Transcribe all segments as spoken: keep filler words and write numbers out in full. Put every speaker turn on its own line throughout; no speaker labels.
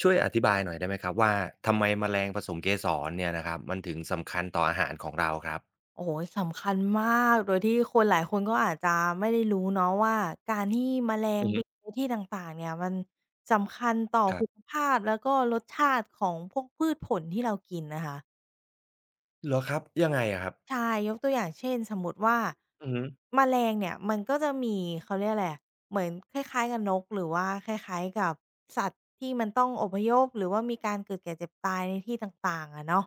ช่วยอธิบายหน่อยได้ไหมครับว่าทำไมแมลงผสมเกสรเนี่ยนะครับมันถึงสำคัญต่ออาหารของเราครับ
โอ้โฮสำคัญมากโดยที่คนหลายคนก็อาจจะไม่ได้รู้เนาะว่าการที่แมลง
อือฮึ
บินในที่ต่างๆเนี่ยมันสำคัญต่อ
ครั
คุ
บ
ณภาพแล้วก็รสชาติของพวกพืชผลที่เรากินนะคะ
เหรอครับยังไงอะครับ
ใช่ยกตัวอย่างเช่นสมมุติว่า
อือฮึ
แมลงเนี่ยมันก็จะมีเขาเรียกอะไรอะเหมือนคล้ายๆกับนกหรือว่าคล้ายๆกับสัตว์ที่มันต้องอพยพหรือว่ามีการเกิดแก่เจ็บตายในที่ต่างๆอะเนาะ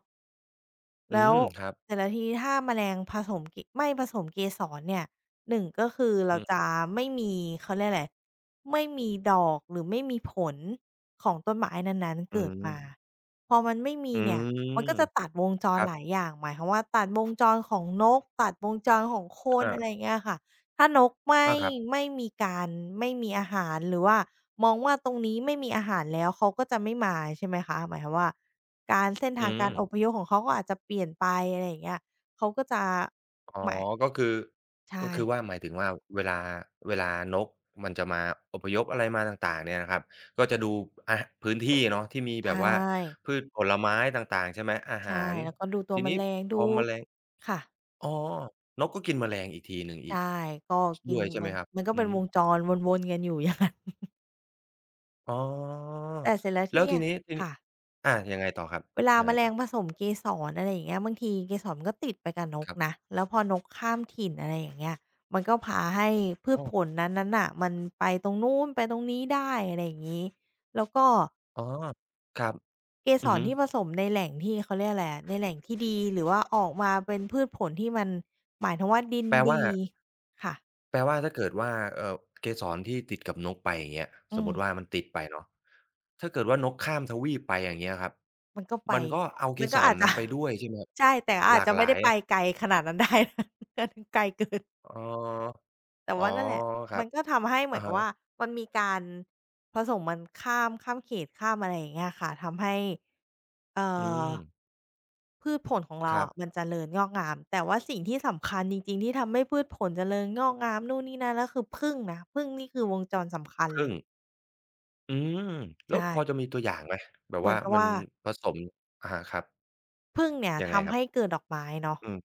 อื
แล้ว
มครับ
แต่ละทีถ้าแมลงผสมเกไม่ผสมเกสรเนี่ยหนึ่งก็คือ
อื
เรา
ม
จะไม่มีเขาเรียกอะไรไม่มีดอกหรือไม่มีผลของต้นไม้นั้นๆ
อื
เกิดมา
ม
พอมันไม่มี
อื
เนี่ย
ม
มันก็จะตัดวงจ
ค
ร
รั
หลาย
บ
อย่างหมายความว่าตัดวงจรของนกตัดวงจรของคน
อา
อะไรอย่างเงี้ยค่ะ ถ้านกไม่
อาครับ
ไม่มีการไม่มีอาหารหรือว่ามองว่าตรงนี้ไม่มีอาหารแล้วเขาก็จะไม่มาใช่ไหมคะหมายความว่าการเส้น
อื
ทางกา
ม
รอพยพของเขาก็อาจจะเปลี่ยนไปอะไรอย่างเงี้ยเขาก็จะ
อ๋อ
หมาย
ก็คือก็
ใช่
คือว่าหมายถึงว่าเวลาเวลานกมันจะมาอพยพอะไรมาต่างๆเนี่ยนะครับก็จะดูอะพื้นที่เนาะที่มีแบ
ใช่
บว่าพืชผลไม้ต่างๆใช่ไหมอาหา
ใช่
ร
แล้วก็ดูตัว
ที
แม
นี้
ลง
พ
ดู
อแมลง
ค่ะ
อ๋อนกก็กินแมลงอีกทีหนึ่งอี
ใช่
ก
ก็
ช
กิ
ด้
น
วยใช่ไห
มั
ม
น
ครับ
มันก็
อือ
เป็น
ฮึ
วงจรวนๆกันอยู่อย่างงั้น
อ๋อ
แต่เสร็จแล้วที่
แล้ว
เนี่
ที
ย
นี้ทีนี้
ค่ะ
อายังไงต่อครับ
เวลา
ยัง
แม
ไง
ล
ต่
ง
อ
ผสมเกสรอะไรอย่างเงี้ยบางทีเกสรมันก็ติดไปกับน
ค
ก
รั
นะ
บ
แล้วพอนกข้ามถิ่นอะไรอย่างเงี้ยมันก็พาให้พืช
อ้อ
ผลนั้นๆน่ะมันไปตรงนู้นไปตรงนี้ได้อะไรอย่างงี้แล้วก็
อ๋อครับ
เกส
อือ
ร
ฮึ
ที่ผสมในแหล่งที่เขาเรียกอะไรอะในแหล่งที่ดีหรือว่าออกมาเป็นพืชผลที่มันหมายถึงว่าดิน
แปลว่า
ดีค่ะ
แปลว่าถ้าเกิดว่าเอ่อเกสรที่ติดกับนกไปอย่างเงี้ย
อื
สม
ม
มุติว่ามันติดไปเนาะถ้าเกิดว่านกข้ามทวีปไปอย่างเงี้ยครับ
มันก็ไป
มันก็เอาเก
มัน
ส
ก็
ร
อาจจะ
นั้นไปด้วย ใช่ไหมครับ
ใช่แต่อา
ห
จ
ลาก
จะ
ห
ไม่
ลา
ได้
ย
ไปไกลขนาดนั้นได้ อันนั้นไกลเกิน
อ๋อ
แต่
อ๋อ
ว่านั่นแหละ
ครั
มั
บ
นก็ทำให้เหมือ
อะ
นกับ
ฮะ
ว่ามันมีการผสมมันข้ามข้ามเขตข้ามอะไรอย่างเงี้ยค่ะทำให้เอ่อ
อืม
พืชผลของเรา
ครับ
อะมันเจริญงอกงามแต่ว่าสิ่งที่สำคัญจริงๆที่ทำให้พืชผลเจริญงอกงามนู่นนี่นั่นก็คือผึ้งนะผึ้งนี่คือวงจรสำคัญเล
ผึ้
ย
ง อืมแล้ว
ใช่
พอจะมีตัวอย่างไหมแบบ
เหมือ
ว่า
นกับ
มัน
ว่า
ผสมอะฮะครับ
ผึ้งเนี่ย
ยังไงค
ทำ
รับ
ให้เกิดดอกไม้เนาะ
อืม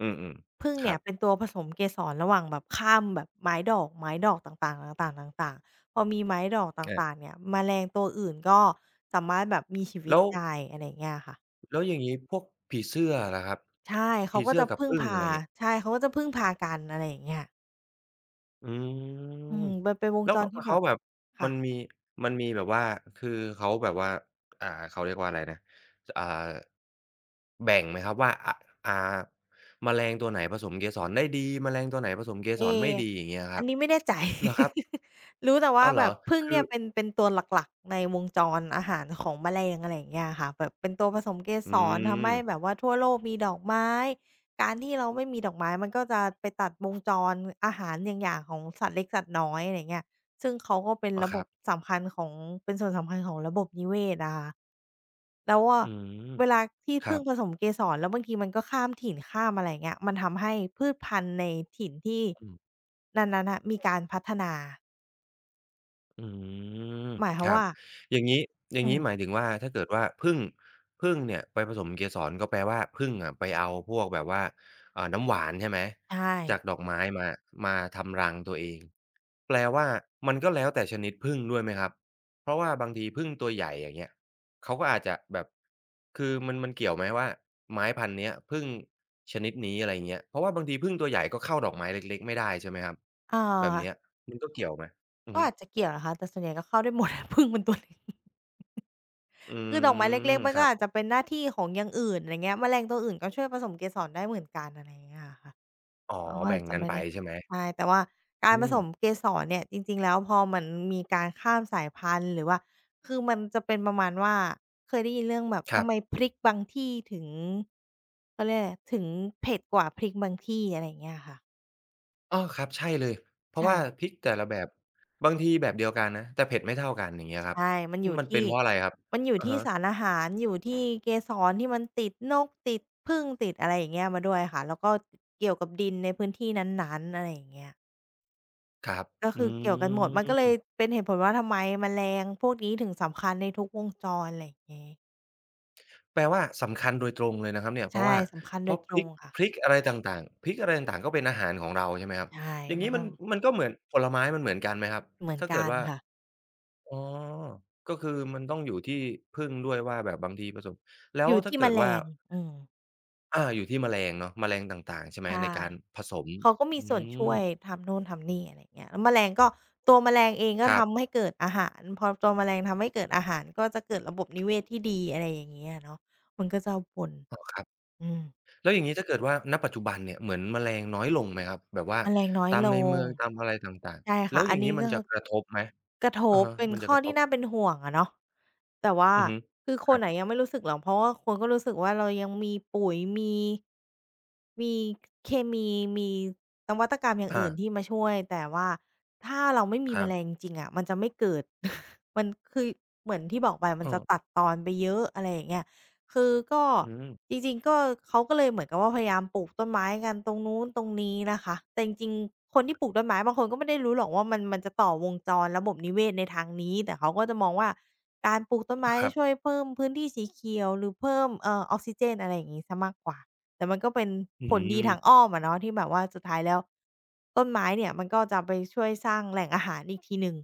อืม
ผึ้ง
ๆครั
เนี่ย
บ
เป็นตัวผสมเกสรระหว่างแบบข้ามแบบไม้ดอกไม้ดอกต่างๆต่างๆต่างๆพอมีไม้ดอกต่าง
อา
ๆเนี่ยแมลงตัวอื่นก็สามารถแบบมีชีวิต
แล้ว
ได้อะไรอย่างเงี้ยค่ะ
แล้วอย่างงี้พวกผีเสื้อล่ะครับ
ใช่เขา
ผี
ก็
เสื้อ
จะ
กับ
พึ่ง
ผึ้ง
พา
อะไรเงี้ย
ใช่เขาก็จะพึ่งพากันอะไรอย่างเงี้ย
อื
อื
ม
มมันเป็นวง
แล้ว
จร
เขา
ที่แบ
เขา
บ
แบบ
ค่ะ
มันมีมันมีแบบว่าคือเขาแบบว่าอ่าเขาเรียกว่าอะไรนะอ่าแบ่งไหมครับว่าอะอ่าแมลงตัวไหนผสมเกสรได้ดีแมลงตัวไหนผสมเก
เอ
สรไม่ดีอย่างเงี้ยค
อั
รั
น
บ
นี้ไม่แน่ใจ
เหรอครับ
รู้แต่ว่า
อ้าวเหร
แบ
อ
บผึ้ง
คื
เนี่
อ
ยเป็นเป็นตัวหลักๆในวงจรอาหารของแมลงอะไรอย่างเงี้ยค่ะแบบเป็นตัวผสมเก
อื
สรทำให้แบ
ม
บว่าทั่วโลกมีดอกไม้ การที่เราไม่มีดอกไม้มันก็จะไปตัดวงจรอาหารอย่างๆของสัตว์เล็กสัตว์น้อยอะไรเงี้ย ซึ่งเขาก็เป็น
อ๋อ
ระ
ค
บ
รั
บ
บ
สำคัญของเป็นส่วนสำคัญของระบบนิเวศอะค่ะแล้วอะ
อืม
เวลาที่
ครั
ผึ้ง
บ
ผสมเกสรแล้วบางทีมันก็ข้ามถิ่นข้ามอะไรอย่างเงี้ยมันทำให้พืชพันธุ์ในถิ่นที่
อืม
นั้นๆน่ะมีการพัฒนา
อืม
หมายควา
ค
ม
รับ
ว่า
อย่างงี้อย่า
อื
งงี้หมา
ม
ยถึงว่าถ้าเกิดว่าผึ้งผึ้งเนี่ยไปผสมเกสรก็แปลว่าผึ้งอะไปเอาพวกแบบว่าอ่าน้ำหวานใช่ไหม
ใช่
จากดอกไม้มามาทำรังตัวเองแปลว่ามันก็แล้วแต่ชนิดผึ้งด้วยไหมครับเพราะว่าบางทีผึ้งตัวใหญ่อย่างเงี้ยเขาก็อาจจะแบบคือมันมันเกี่ยวไหมว่าไม้พันธุ์เนี้ยผึ้งชนิดนี้อะไรเงี้ยเพราะว่าบางทีผึ้งตัวใหญ่ก็เข้าดอกไม้เล็กๆไม่ได้ใช่ไหมครับ
เอ่
แบ
อ
บเนี้ยมันก็เกี่ยวไหมอือ
ก็
ฮึ
อาจจะเกี่ยวนะคะแต่ส่วนใหญ่ก็เข้าได้หมด ผึ้งมันตัวเล็ก
อื
คือดอกไม้เล็
ม
กๆมัน
ค
ก็
รับ
อาจจะเป็นหน้าที่ของอย่างอื่นอะไรเงี้ยแมลงตัวอื่นก็ช่วยผสมเกสรได้เหมือนกันอะไรอย่างเงี้ยอะค่ะ
อ๋อ
เขาก็
แบ่
อาจ
ง
จะ
กัน
ไม่
ไป
ได้ท
ใช่ไหม
ำใช่แต่ว่ากา
อื
รผส
ม
มเกสรเนี่ยจริงๆแล้วพอมันมีการข้ามสายพันธุ์หรือว่าคือมันจะเป็นประมาณว่าเคยได้ยินเรื่องแบบ
ค
ทำ
รับ
ไมพริกบางที่ถึงเขาเรียกอะไรถึงเผ็ดกว่าพริกบางที่อะไรอย่างเงี้ยค่ะ
อ้อครับใช่เลยเพราะ
ใช่
ว่าพริกแต่ละแบบบางทีแบบเดียวกันนะแต่เผ็ดไม่เท่ากันอย่างเงี้ยครับ
ใช่มันอยู่
มันเป็น
ที่
เพราะอะไรครับ
มันอยู่
อะ
ที่
ฮะ
สารอาหารอยู่ที่เกสรที่มันติดนกติดผึ้งติดอะไรอย่างเงี้ยมาด้วยค่ะแล้วก็เกี่ยวกับดินในพื้นที่นั้นๆอะไรอย่างเงี้ย
ครับ
ก็
อื
คือเกี่ยวกันหมดมันก็เลย
ม
เป็นเหตุผลว่าทำไมแมลงพวกนี้ถึงสำคัญในทุกวงจรอะไรอย่างงี้
แปลว่าสำคัญโดยตรงเลยนะครับเนี่ยเพราะ
ใช่
ว่า
สำคัญ
เพ
โดย
ราะ
ต
พ
ร
ริ
ง
ก
ค่ะ
พริกอะไรต่างๆพริกอะไรต่างๆก็เป็นอาหารของเราใช่ไหมครับ
ใช่
อย่าง
มั
งี้
นก็
มันมันก็เหมือนผลไม้มันเหมือนกันไหมครับ
เหมือน
ถ้าเกิ
กั
ด
น
ว่า
ค่ะ
อ๋อก็คือมันต้องอยู่ที่พึ่งด้วยว่าแบบบางทีผสมแล้
อ
ว
ยู่
ถ้า
ที่แม
เกิด
ล
ว่า
งอืม
อาอยู่ที่แมลงเนาะแมลงต่างๆใช่ไหมใน
ใช่
การผสม
เขาก็
อื
มีส่วนช่ว
ม
ยทำนู่นทำนี่อะไรอย่างเงี้ยแล้วแมลงก็ตัวแมลงเองก็
ครั
ทำให้
บ
เกิดอาหารพอตัวแมลงทำให้เกิดอาหารก็จะเกิดระบบนิเวศที่ดีอะไรอย่างเงี้ยอะเนาะมันก็จะเอาผล
อ้อครับ
อืม
แล้วอย่างงี้ถ้าเกิดว่าณปัจจุบันเนี่ยเหมือนแมลงน้อยลงไหมครับแบบว่า
แมลงน้อย
ตาม
ล
ในเมื
ง
องตามอะไรต่าง
ใช่
ๆแล้
ค่ะ
วอ
อัน
ย่างงี้
นี้
มั
ก็
นจะ
คือ
กระทบไหม
กระท
อะ
บ
ฮะ
เป็น
มันจะ
ข้
ก
อ
ระท
ที่
บ
น่าเป็นห่วงอะเนาะแต่ว่า
อือฮึ
คือค
ค
น
รับ
อะยังไม่รู้สึกหรอกเพราะว่าคนก็รู้สึกว่าเรายังมีปุ๋ยมีมีเคมีมีนวัตกรรมอย่าง
อา
อื่นที่มาช่วยแต่ว่าถ้าเราไม่มี
ค
แม
รั
ลงจ
บ
ริงๆอะมันจะไม่เกิด มันคือเหมือนที่บอกไปมั
เอ
น
อ
จะตัดตอนไปเยอะอะไรอย่างเงี้ย คือก็
อืม
จริงๆก็เขาก็เลยเหมือนกับว่าพยายามปลูกต้นไม้กันตรงนู้นตรงนี้นะคะแต่จริงๆคนที่ปลูกต้นไม้บางคนก็ไม่ได้รู้หรอกว่ามันมันจะต่อวงจรระบบนิเวศในทางนี้แต่เขาก็จะมองว่าการปลูกต้นไม้
ครั
ช่วย
บ
เพิ่มพื้นที่สีเขียวหรือเพิ่มเอ่อออกซิเจนอะไรอย่างงี้เสียมากกว่าแต่มันก็เป็น
อื
ผลดีทาง
ม
อ้อมอะเนาะที่แบบว่าสุดท้ายแล้วต้นไม้เนี่ยมันก็จะไปช่วยสร้างแหล่งอาหารอีกทีหนึ่ง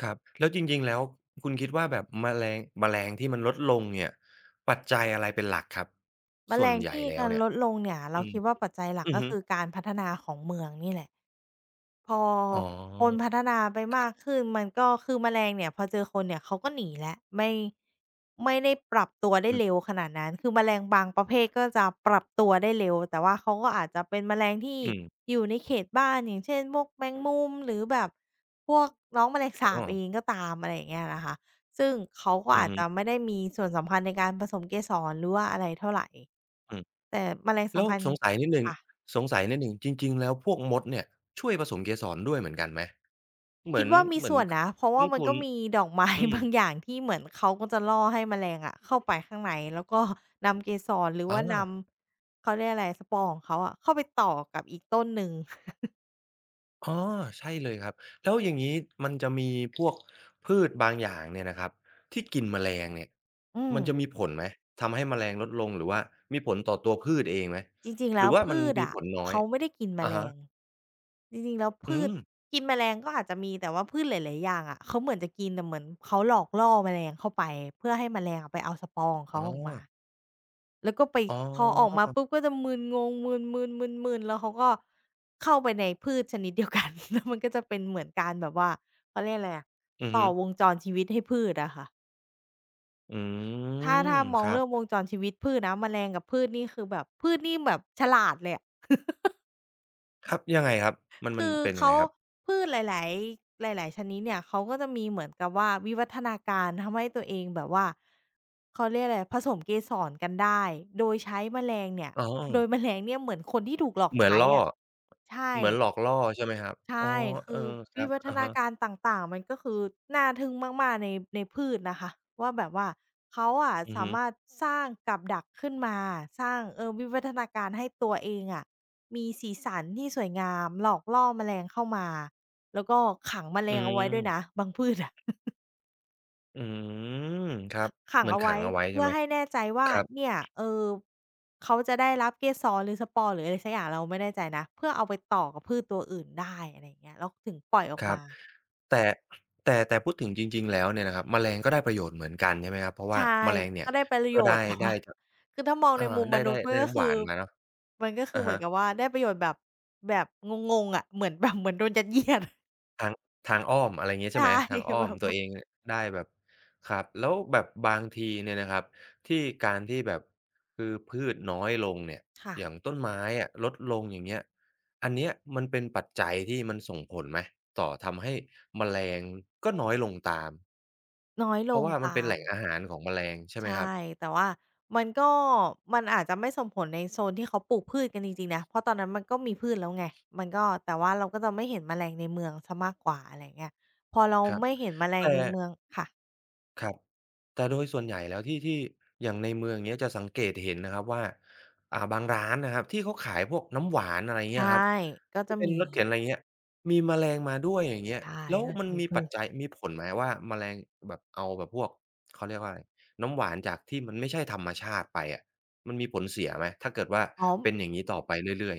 ครับแล้วจริงๆแล้วคุณคิดว่าแบบแมลงแมลงที่มันลดลงเนี่ยปัจจัยอะไรเป็นหลักครับ
แม
ส่
ล
วน
ง
ใหญ่
ที่
แล้ว
การ
เนี่ย
ลดลงเนี่ยเรา
อืม
คิดว่าปัจจัยหลัก
อือ
ก็
ฮึ
คือการพัฒนาของเมืองนี่แหละ พอ
อ๋
คนพั
อ
ฒนาไปมากขึ้นมันก็คือแมลงเนี่ยพอเจอคนเนี่ยเขาก็หนีแล้วไม่ไม่ได้ปรับตัวได้
อือ
เร็วขนาดนั้นคือแมลงบางประเภทก็จะปรับตัวได้เร็วแต่ว่าเขาก็อาจจะเป็นแมลงที่
อืม
อยู่ในเขตบ้านอย่างเช่นพวกแมงมุมหรือแบบพวกน้องแมลงสา
อ๋อ
บเองก็ตามอะไรอย่างเงี้ยนะคะซึ่งเขาก็
อือ
อาจ
ฮึ
จะไม่ได้มีส่วนสำคัญในการผสมเกสรหรือว่าอะไรเท่าไร
อืม
แต่แมลง
แล้ว
สำคัญ
ส
ง
งสัยนิดหนึ่ง
ค่ะ
สงสัยนิดหนึ่งจริงๆแล้วพวกมดเนี่ยช่วยผสมเกสรด้วยเหมือนกันไหมเหมื
คิ
อ
ด
น
ว่ามี
เหมือ
ส่
น
วน
ค
นะเพราะว่ามัน
คุ้
ก็
น
มีดอกไม้
ๆอื ม
บางอย่างที่เหมือนเขาก็จะล่อให้แมลงอะเข้าไปข้างในแล้วก็นำเกสรหรือ
อา
ว่านำเขาเรียกอะไรสปอร์ของเขาอะเข้าไปต่อกับอีกต้นหนึ่ง
อ๋อใช่เลยครับแล้วอย่างงี้มันจะมีพวกพืชบางอย่างเนี่ยนะครับที่กินแมลงเนี่ย
อืม
มันจะมีผลไหมทำให้แมลงลดลงหรือว่ามีผลต่อตัวพืชเองไหม
จริงๆ
ห
แล้
รื
ว
อว่ามั
พื
น
ช
มี
อะ
ผลน้อย
เขาไม่ได้กินแม
อะ
ล
ฮะ
งจริงๆแล้ว
อื
พืช
ม
กินแมลงก็อาจจะมีแต่ว่าพืชหลายๆอย่างอะเขาเหมือนจะกินแต่เหมือนเขาหลอกล่อแมลงเข้าไปเพื่อให้แมลงอะไปเอาสปอร์ของ
อ๋
เขา
อ
ออกมา แล้วก็ไป
อ๋อ
พอออกมาปุ๊บก็จะมึนงงมึนนนมนมืนแล้วเขาก็เข้าไปในพืชชนิดเดียวกัน แล้วมันก็จะเป็นเหมือนการแบบว่าเขาเรียกอะไรอะ
อือ
ต่
ฮึ
อวงจรชีวิตให้พืชอะค่ะ
อื
ถ้า
ม
ถ้ามอ
ค
ง
รับ
เรื่องวงจรชีวิตพืชนะแมลงกับพืชนี่คือแบบพืชนี่แบบฉลาดเลยอะ
ครับยังไงครับมันมัน
คือ
เป็นยัง
เขา
ไงครับ
พืชหลายๆหลาย ๆชนิดเนี่ยเขาก็จะมีเหมือนกับว่าวิวัฒนาการทำให้ตัวเองแบบว่าเขาเรียกอะไรผสมเกสรกันได้โดยใช้แมลงเนี่ย
อ๋อ
โดยแมลงเนี่ยเหมือนคนที่ถูกหลอก
เหมือน
ใช้
ล่อ
อะใช่
เหมือนหลอกล่อใช่ไหมครับ
ใช
อ๋อ
่
เอ
คื
อ
อ
ครั
วิ
บ
วัฒ
อะ
นา
ฮะ
การต่างๆมันก็คือน่าทึ่งมากๆในในพืชนะคะว่าแบบว่าเขาอะ
อือ
สา
ฮึ
มารถสร้างกับดักขึ้นมาสร้างเออวิวัฒนาการให้ตัวเองอะมีสีสันที่สวยงามหลอกล่อแมลงเข้ามาแล้วก็ขังแมล
อื
งเอาไว้ด้วยนะ
ม
บางพืชอะ
อืม ครับ
ขัง
เหมือน
เอา
ขั
ไว้
งเอาไว้ใช่
เพื่อ
ไหม
ให้แน่ใจ
ค
ว่า
รับ
เนี่ยเออเขาจะได้รับเกสรหรือสปอร์หรืออะไรสักอย่างเราไม่แน่ใจนะเพื่อเอาไปต่อกับพืชตัวอื่นได้อะไรอย่างเงี้ยแล้วถึงปล่อยออ
ค
ก
รับ
มา
แต่แต่แต่พูดถึงจริงๆแล้วเนี่ยนะครับ แมลงก็ได้ประโยชน์เหมือนกันใช่ไหมครับ เพราะว่า
ใช่
แมลงเนี่
ก็
ย
ได้ประ
ก็
โย
ได้
ชน์ แต่
ได้
ว่า
จาก
คือถ้ามอง
อา
ในมุมม
ได้
นุ
ได้
ษย์มัน
ได้
ก็
น้ำห
คื
วา
อ
นมาเนาะ
มันก็คือ
อะ
เหมือ
ฮะ
นกับว่าได้ประโยชน์แบบแบบงงๆอะเหมือนแบบ เหมือนโดนยัดเยียด
ทางทางอ้อมอะไรอย่างงี้ใช่
ใช่
ไหมทางอ้อ
แบ
ม
บ
ตัว
ว่า
เองเนี่ยได้แบบครับแล้วแบบบางทีเนี่ยนะครับที่การที่แบบคือพืชน้อยลงเนี่ย
ค่ะ
อย่างต้นไม้อะลดลงอย่างเงี้ยอันเนี้ยมันเป็นปัจจัยที่มันส่งผลไหมต่อทำให้แมลงก็น้อยลงตาม
น้อยล
เพราะ
ง
ว่ามัน
ตา
เป็นแห
ม
ล่งอาหารของแมลงใช่ไหม
ใช่
ครับ
แต่ว่ามันก็มันอาจจะไม่ส่งผลในโซนที่เขาปลูกพืชกันจริงๆนะเพราะตอนนั้นมันก็มีพืชแล้วไงมันก็แต่ว่าเราก็จะไม่เห็นแมลงในเมืองเสียมากกว่าอะไรอย่างเงี้ยพอเรา
ครับ
ไม่เห็นแมลง
แต่
ในเมืองค่ะ
ครับแต่โดยส่วนใหญ่แล้วที่ที่อย่างในเมืองเงี้ยจะสังเกตเห็นนะครับว่าอ่าบางร้านนะครับที่เขาขายพวกน้ำหวานอะไรเงี้
ใช่
ยครับ
ก็จะ
ที่เป็น
มี
รถเข็นอะไรเงี้ยมีแมลงมาด้วยอย่างเงี้ย
ใช่
แล้ว
ก็
มัน
มี
มี
พื
ปัจ
ช
จัยมีผลไหมว่าแมลงแบบเอาแบบพวกเขาเรียกว่าอะไรน้ำหวานจากที่มันไม่ใช่ธรรมชาติไปอะมันมีผลเสียไหมถ้าเกิดว่า
อ๋อ
เป็นอย่างงี้ต่อไปเรื่อย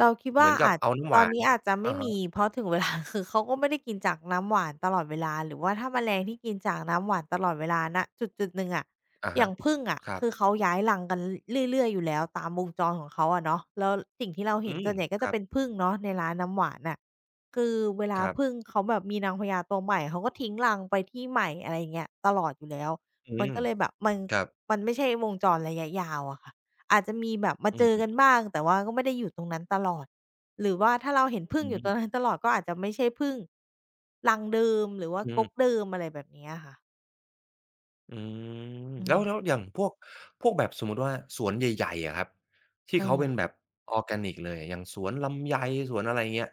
เราคิด
ๆเห
ว่า
มือนกับ
อาจ
เอาน้ำห
ตอน
วาน
นี้อาจจะ
อะ
ไม่
ฮ
มีเพราะถึงเวลา คือเขาก็ไม่ได้กินจากน้ำหวานตลอดเวลาหรือว่าถ้าแมลงที่กินจากน้ำหวานตลอดเวลาณจุดๆหนึ่งอะอ
ะ
ย่างผึ้งอะ
ๆครับ
คือเขาย้ายรังกันเรื่อยๆอยู่แล้วตามวงจรของเขาอะเนาะแล้วสิ่งที่เรา
อื
เห็น
ม
ส่วนใหญ่ก็
ค
จะ
รับ
เป็น
ๆ
ผึ้งเนาะในร้านน้ำหวานน่ะคือเวลาผึ้งเขาแบบมีนางพญาตัวใหม่เขาก็ทิ้งรังไปที่ใหม่อะไรอย่างเงี้ยตลอดอยู่แล้ว
อื
มัน
ม
ก็เลยแบบมัน
ครับ
มันไม่ใช่วงจรระยะยาวอะค่ะ อาจจะมีแบบมา
อื
เจ
อ
อกัน
ฮึ
บ้างแต่ว่าก็ไม่ได้อยู่ตรงนั้นตลอดหรือว่าถ้าเราเห็นผึ้
อื
งอยู่ตรงนั้
ม
นตลอดก็อาจจะไม่ใช่ผึ้งรังเดิมหรือว่า
อื
ก
ม
กเดิมอะไรแบบเนี้ยค่ะ
อืม
อื
แล้
ม
วแล้วอย่างพวกพวกแบบสมมุติว่าสวนใหญ่ๆอะครับที่
เอ
เขา
อ
เป็นแบบออร์แกนิกเลยอย่างสวนลำไยสวนอะไรเงี้ย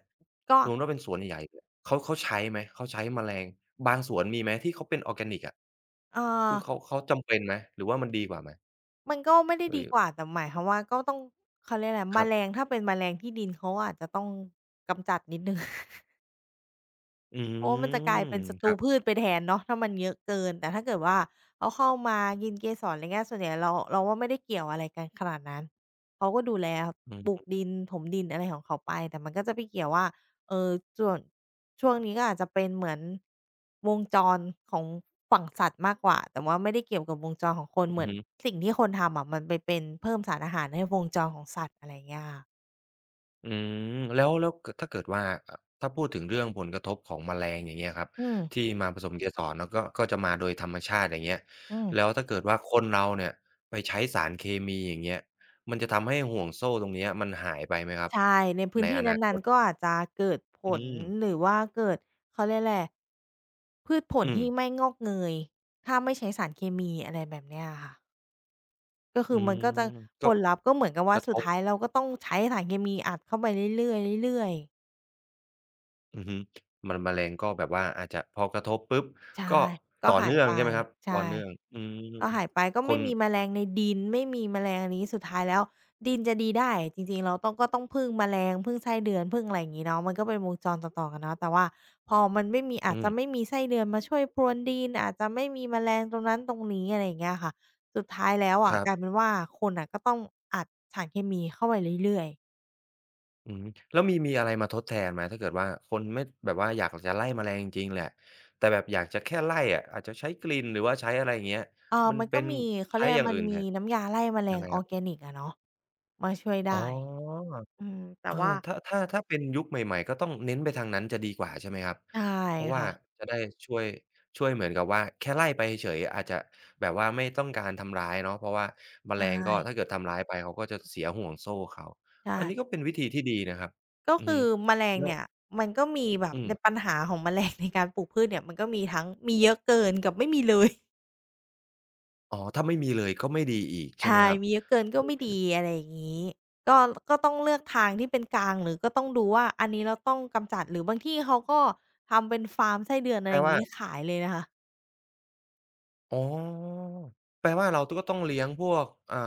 ก็
สมมุติว่าเป็นสวนใหญ่ๆเลยเขาเขาใช้ไหมเขาใช้แมลงบางสวนมีไหมที่เขาเป็นออร์แกนิกอะ
เอ่อ
คือเขาเขาจำเป็นไหมหรือว่ามันดีกว่าไหม
มันก็ไม่ได้
ห
ดี
รือ
กว่าแต่หมายความว่าก็ต้องเขาเรียกอะไร
ค
แม
รับ
ลงถ้าเป็นแมลงที่ดินเขาอาจจะต้องกำจัดนิดหนึ่ง
อื
เพราะว่ามันจะกลายเป็
ม
นศัต
ค
รู
รับ
พืชไปแทนเนาะถ้ามันเยอะเกินแต่ถ้าเกิดว่าเขาเข้ามากินเกสรอะไรเงี้ยส่วนใหญ่เราเราว่าไม่ได้เกี่ยวอะไรกันขนาดนั้นเขาก็ดูแล
อื
ปลูก
อ
ดินถมดินอะไรของเขาไปแต่มันก็จะไปเกี่ยวว่าเอ่อส่วนช่วงนี้ก็อาจจะเป็นเหมือนวงจรของฝั่งสัตว์มากกว่าแต่ว่าไม่ได้เกี่ยวกับวงจรของคน
อื
เห
อ
มือน
ฮึ
สิ่งที่คนทำอะมันไปเป็นเพิ่มสารอาหารให้วงจรของสัตว์อะไรเงี้ยค่ะ
อืมแล้วแล้วเกดถ้าเกิดว่าเอ่อถ้าพูดถึงเรื่องผลกระทบของแมลงอย่างเงี้ยครับ
อืม
ที่มาผสมเกสรแล้วก็ก็จะมาโดยธรรมชาติอย่างเงี้ย
อืม
แล้วถ้าเกิดว่าคนเราเนี่ยไปใช้สารเคมีอย่างเงี้ยมันจะทำให้ห่วงโซ่ตรงเนี้ยมันหายไปไหมครับ
ใช่ในพื้
ใน
นที่
อนาค
นั้น
ต
ๆก็อาจจะเกิดผ
อื
ล
ม
หรือว่าเกิดเขาเรียกไรพืชผล
อืม
ที่ไม่งอกเงยถ้าไม่ใช้สารเคมีอะไรแบบเนี้ยอะค่ะก็
อื
คือมัน
ม
ก็จะผ
ก็
ลลัพธ์ก็เหมือนกับ
ก
ว่า
ระท
สุด
บ
ท้ายเราก็ต้องใช้สารเคมีอัดเข้าไปเรื่อยๆเรื่อยๆ
อือฮึมันแมลงก็แบบว่าอาจจะพอกระทบปุ๊บ
ใช่
ก็
ก็
ต่อ
หาย
เนื่อง
ไป
ใช่ไหมครับ
ใช่
ต่อเนื่องอืม
ก็หายไปก็
ค
ไม่
น
มีแมลงในดินไม่มีแมลงอันนี้สุดท้ายแล้วดินจะดีได้จริงๆเราต้องก็ต้องพึ่งแมลงพึ่งไส้เดือนพึ่งอะไรอย่างงี้เนาะมันก็เป็นวงจรต่อๆกันเนาะแต่ว่าพอมันไม่มีอาจ
อืม
จะไม่มีไส้เดือนมาช่วยพรวนดินอาจจะไม่มีแมลงตรงนั้นตรงนี้อะไรอย่างเงี้ยค่ะสุดท้ายแล้ว
ค
อะ
รั
กลายเป็น
บ
ว่าคนน่ะก็ต้องอัดสารเคมีเข้าไปเรื่อยๆ
อืมแล้วมีมีอะไรมาทดแทนไหมถ้าเกิดว่าคนไม่แบบว่าอยากจะไล่แมลงจริงๆแหละแต่แบบอยากจะแค่ไล่อะอาจจะใช้กลิ่นหรือว่าใช้อะไรอย่างเงี้ย
เออ
มัน
มัน
เป็
ก็
น
มีเขา
ใช้
เรียก
อ
ว่า
ย่าง
มัน
อื่น
มี
แทน
น้ำยาไล่แมล
ยัง
ง
ไง
อ
ค
อ
รั
ร์แก
บ
นิกอะเนาะมาช่วย
อ๋อ
ได้อืมแต่
เออ
ว่า
ถ้าถ้าถ้าเป็นยุคใหม่ๆก็ต้องเน้นไปทางนั้นจะดีกว่าใช่ไหมครับ
ใช่
เพราะว่า
ค่ะ
จะได้ช่วยช่วยเหมือนกับว่าแค่ไล่ไปเฉยๆอาจจะแบบว่าไม่ต้องการทำร้ายเนาะเพราะว่าแมล
ใช่
งก็ถ้าเกิดทำร้ายไปเขาก็จะเสียห่วงโซ่เขา
ใช่
อันนี้ก็เป็นวิธีที่ดีนะครับ
ก็
อือ
คื
ฮึ
อแมลง
แล้ว
เนี่ยมันก็มีแบบ
อืม
ในปัญหาของแมลงในการปลูกพืชเนี่ยมันก็มีทั้งมีเยอะเกินกับไม่มีเลย
อ๋อถ้าไม่มีเลยก็ไม่ดีอีกใช่ไหม
ใช่
ครับ
มีเยอะเกินก็
อื
ไม่
อ
ดีอะไรอย่างงี้ก็ก็ต้องเลือกทางที่เป็นกลางหรือก็ต้องดูว่าอันนี้เราต้องกำจัดหรือบางที่เขาก็ทำเป็นฟาร์มไส้เดือนอะ
แป
ไร
ล
อย่าง
ว่า
งี้ขายเลยนะคะ
อ๋อแปลว่าเราตก็ต้องเลี้ยงพวกอ่า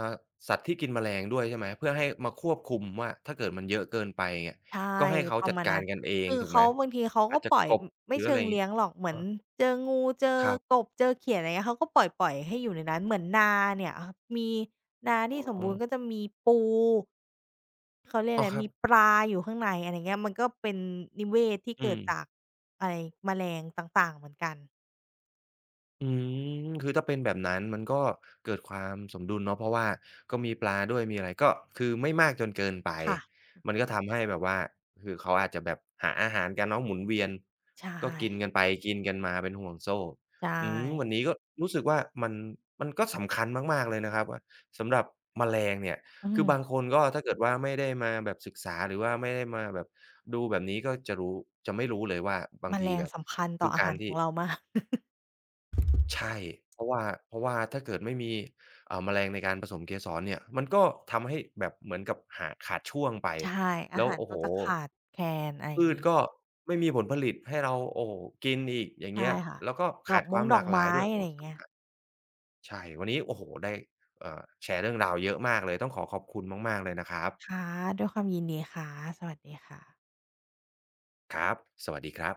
สัตว์ที่กินแมลงด้วยใช่ไหม เพื่อให้มาควบคุมว่าถ้าเกิดมันเยอะเกินไปเงี้ย
ใช่
ก็ให้เขา
ประ
จัด
มาณ
กา
นั้
ร
น
กันเอง
คือ
ถูกไหม
เขาบางทีเขา
อา
ก็
จจะ
ปล่อย
ก
อ
บห
ไม่
รืออะ
เชิ
ไร
ง
งี้
เลี้ยงหรอกเหมื
เอ
อ
อ
นเจองูเจอ
ครั
ก
บ
บเจอเขียดอะไรเงี้ยเขาก็ปล่อยๆให้อยู่ในนั้นเหมือนนาเนี่ยอะมีนา
อ
ที่สม
๋อ
บูรณ์ก็จะมีปูเขาเรียก
อ้
อะ
อ
ไร
ครั
มี
บ
ปลาอยู่ข้างในอะไรเงี้ยมันก็เป็นนิเวศที่
อื
เกิด
ม
จากไอ้แมลงต่างๆเหมือนกัน
อืมคือถ้าเป็นแบบนั้นมันก็เกิดความสมดุลเนาะเพราะว่าก็มีปลาด้วยมีอะไรก็คือไม่มากจนเกินไป
ค่ะ
มันก็ทำให้แบบว่าคือเขาอาจจะแบบหาอาหารกันเนาะหมุนเวียน
ใช่
ก็กินกันไปกินกันมาเป็นห่วงโซ่
ใช่
อืมวันนี้ก็รู้สึกว่ามันมันก็สำคัญมากๆเลยนะครับว่าสำหรับแมลงเนี่ย
อืม
คือบางคนก็ถ้าเกิดว่าไม่ได้มาแบบศึกษาหรือว่าไม่ได้มาแบบดูแบบนี้ก็จะรู้จะไม่รู้เลยว่าบา
แม
ง
ล
ที
ง
แบบ
สำคัญต่อ
คือ
อา
กา
หา
ร
รขอ
ที่
งเรามาก
ใช่เพราะว่าเพราะว่าถ้าเกิดไม่มีอ่าแมลงในการผสมเกสรเนี่ยมันก็ทำให้แบบเหมือนกับหาขาดช่วงไป
ใช่อา
แล้ว
หาร
โอ้
ก็
โฮ
จะขาดแคลนอะไรอย่า
พื
ง
ช
งี้
ก็ไม่มีผลผลิตให้เราโอ้โฮกินอีกอย่าง
ใช่
เงี้ย
ค่ะ
แล้วก็
ดอ
ขา
ก
ดค
ม้ง
วาม
ด
ห
อ
ลา
ก
กหลา
ไม้
ยด้วย
อะ
โอ้
ไรอย่างเงี้ย
สำคัญใช่วันนี้โอ้โฮได้เอ่อแชร์เรื่องราวเยอะมากเลยต้องขอขอบคุณมากๆเลยนะครับ
ค่ะด้วยความยินดีค่ะสวัสดีค่ะ
ครับสวัสดีครับ